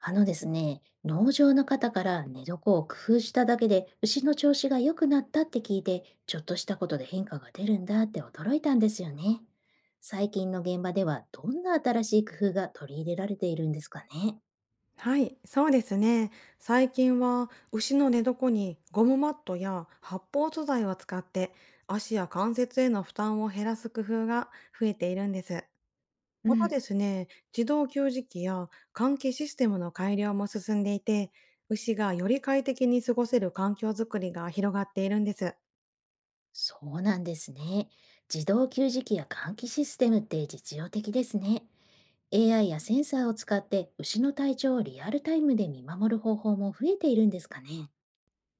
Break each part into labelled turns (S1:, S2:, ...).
S1: あのですね、農場の方から寝床を工夫しただけで牛の調子が良くなったって聞いて、ちょっとしたことで変化が出るんだって驚いたんですよね。最近の現場ではどんな新しい工夫が取り入れられているんですかね。
S2: はい、そうですね。最近は牛の寝床にゴムマットや発泡素材を使って、足や関節への負担を減らす工夫が増えているんです。
S1: う
S2: また
S1: ん、
S2: ですね、自動給餌器や換気システムの改良も進んでいて、牛がより快適に過ごせる環境づくりが広がっているんです。
S1: そうなんですね。自動給餌器や換気システムって実用的ですね。AI やセンサーを使って牛の体調をリアルタイムで見守る方法も増えているんですかね。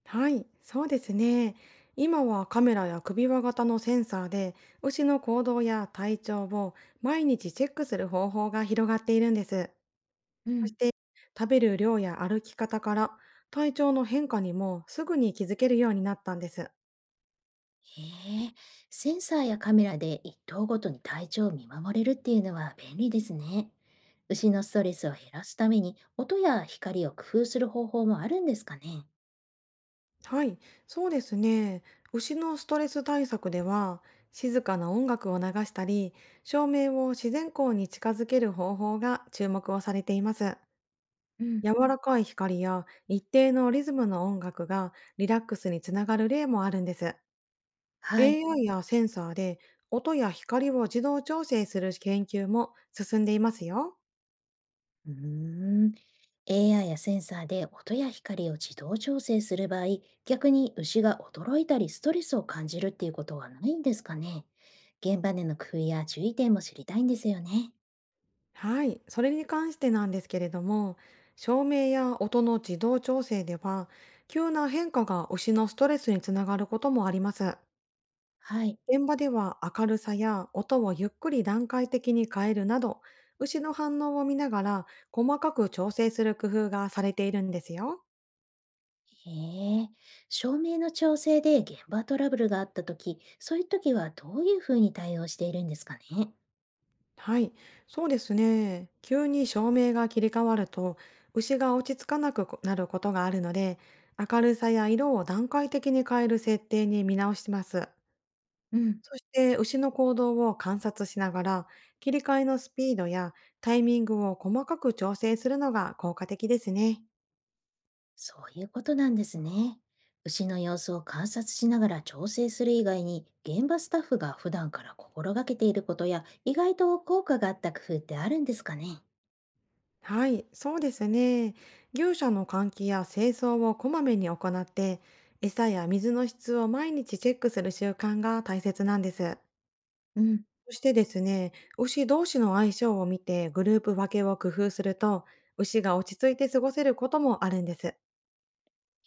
S2: はい、そうですね。今はカメラや首輪型のセンサーで、牛の行動や体調を毎日チェックする方法が広がっているんです。そして、食べる量や歩き方から、体調の変化にもすぐに気づけるようになったんです。
S1: へえ、センサーやカメラで一頭ごとに体調を見守れるっていうのは便利ですね。牛のストレスを減らすために音や光を工夫する方法もあるんですかね。
S2: はい、そうですね。牛のストレス対策では、静かな音楽を流したり、照明を自然光に近づける方法が注目をされています。
S1: うん、
S2: 柔らかい光や一定のリズムの音楽がリラックスにつながる例もあるんです。
S1: はい。
S2: AI やセンサーで音や光を自動調整する研究も進んでいますよ。
S1: うーん。AI やセンサーで音や光を自動調整する場合、逆に牛が驚いたりストレスを感じるっていうことはないんですかね。現場での工夫や注意点も知りたいんですよね。
S2: はい、それに関してなんですけれども、照明や音の自動調整では、急な変化が牛のストレスにつながることもあります。
S1: はい。
S2: 現場では、明るさや音をゆっくり段階的に変えるなど、牛の反応を見ながら細かく調整する工夫がされているんですよ。
S1: へえ、照明の調整で現場トラブルがあったとき、そういうときはどういうふうに対応しているんですかね。
S2: はい、そうですね。急に照明が切り替わると、牛が落ち着かなくなることがあるので、明るさや色を段階的に変える設定に見直します。
S1: うん、
S2: そして、牛の行動を観察しながら、切り替えのスピードやタイミングを細かく調整するのが効果的ですね。
S1: そういうことなんですね。牛の様子を観察しながら調整する以外に、現場スタッフが普段から心がけていることや、意外と効果があった工夫ってあるんですかね。
S2: はい、そうですね。牛舎の換気や清掃をこまめに行って、餌や水の質を毎日チェックする習慣が大切なんです。
S1: うん。
S2: そしてですね、牛同士の相性を見てグループ分けを工夫すると、牛が落ち着いて過ごせることもあるんです。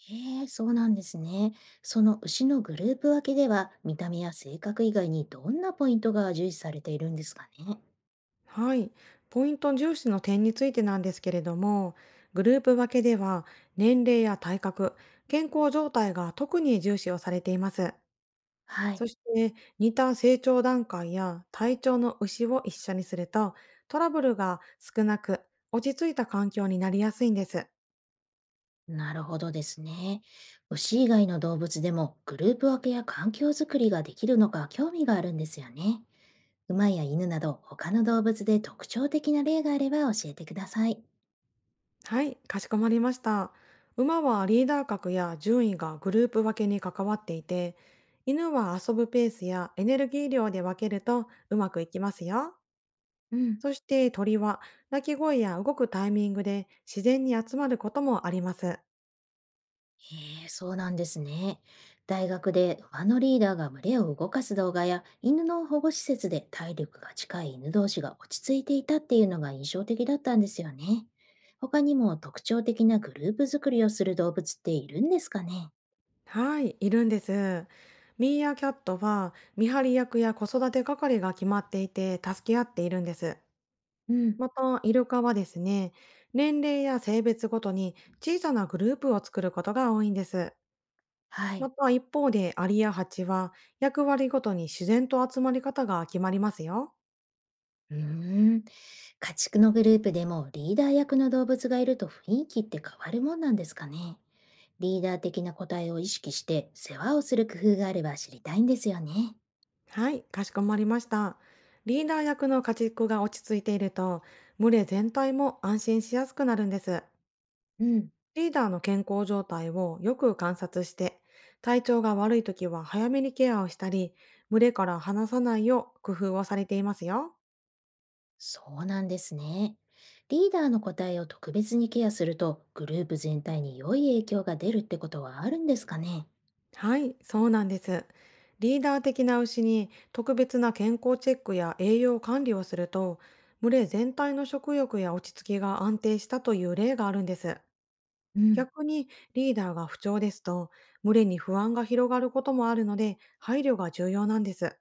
S1: へえ、そうなんですね。その牛のグループ分けでは、見た目や性格以外にどんなポイントが重視されているんですかね。
S2: はい、ポイント重視の点についてなんですけれども、グループ分けでは、年齢や体格、健康状態が特に重視をされています。
S1: は
S2: そ
S1: い。
S2: して、似た成長段階や体調の牛を一緒にすると、トラブルが少なく、落ち着いた環境になりやすいんです。
S1: なるほどですね。牛以外の動物でもグループ分けや環境づくりができるのか興味があるんですよね。馬や犬など他の動物で特徴的な例があれば教えてください。
S2: はい、かしこまりました。馬はリーダー格や順位がグループ分けに関わっていて、犬は遊ぶペースやエネルギー量で分けるとうまくいきますよ。
S1: うん、
S2: そして、鳥は鳴き声や動くタイミングで自然に集まることもあります。
S1: へえ、そうなんですね。大学で馬のリーダーが群れを動かす動画や犬の保護施設で体力が近い犬同士が落ち着いていたっていうのが印象的だったんですよね。他にも特徴的なグループ作りをする動物っているんですかね。
S2: はい、いるんです。ミーアキャットは見張り役や子育て係が決まっていて、助け合っているんです。
S1: うん。
S2: また、イルカはですね、年齢や性別ごとに小さなグループを作ることが多いんです。
S1: は
S2: ま
S1: い。
S2: た一方で、アリやハチは役割ごとに自然と集まり方が決まりますよ。
S1: うーん、家畜のグループでもリーダー役の動物がいると雰囲気って変わるもんなんですかね。リーダー的な個体を意識して世話をする工夫があれば知りたいんですよね。
S2: はい、かしこまりました。リーダー役の家畜が落ち着いていると、群れ全体も安心しやすくなるんです。
S1: うん、
S2: リーダーの健康状態をよく観察して、体調が悪い時は早めにケアをしたり、群れから離さないよう工夫をされていますよ。
S1: そうなんですね。リーダーの個体を特別にケアするとグループ全体に良い影響が出るってことはあるんですかね。
S2: はい、そうなんです。リーダー的な牛に特別な健康チェックや栄養管理をすると、群れ全体の食欲や落ち着きが安定したという例があるんです。
S1: うん、
S2: 逆に、リーダーが不調ですと、群れに不安が広がることもあるので、配慮が重要なんです。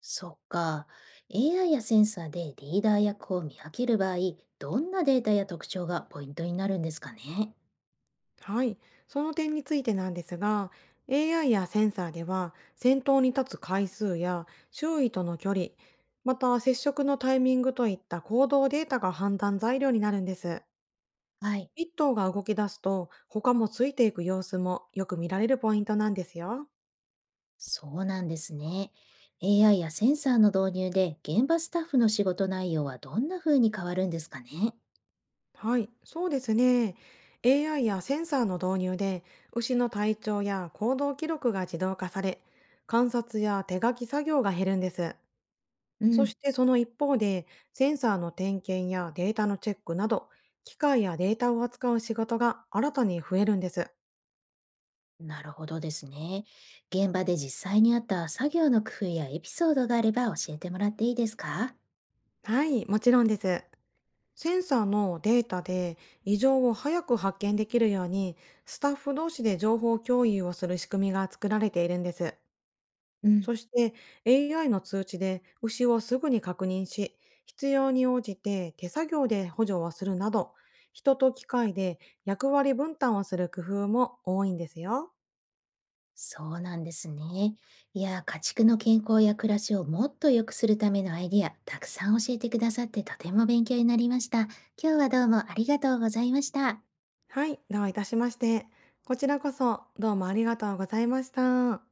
S1: そっか。AI やセンサーでリーダー役を見分ける場合、どんなデータや特徴がポイントになるんですかね。
S2: はい、その点についてなんですが、AI やセンサーでは、先頭に立つ回数や周囲との距離、また接触のタイミングといった行動データが判断材料になるんです。
S1: はい。
S2: 一頭が動き出すと他もついていく様子もよく見られるポイントなんですよ。
S1: そうなんですね。AI やセンサーの導入で現場スタッフの仕事内容はどんな風に変わるんですかね。
S2: はい、そうですね。AI やセンサーの導入で、牛の体調や行動記録が自動化され、観察や手書き作業が減るんです。
S1: う
S2: そし
S1: ん、
S2: て、その一方で、センサーの点検やデータのチェックなど、機械やデータを扱う仕事が新たに増えるんです。
S1: なるほどですね。現場で実際にあった作業の工夫やエピソードがあれば教えてもらっていいですか。
S2: はい、もちろんです。センサーのデータで異常を早く発見できるように、スタッフ同士で情報共有をする仕組みが作られているんです。
S1: うん、
S2: そして、 AI の通知で牛をすぐに確認し、必要に応じて手作業で補助をするなど、人と機械で役割分担をする工夫も多いんですよ。
S1: そうなんですね。いや、家畜の健康や暮らしをもっと良くするためのアイディア、たくさん教えてくださってとても勉強になりました。今日はどうもありがとうございました。
S2: はい、どういたしまして。こちらこそ、どうもありがとうございました。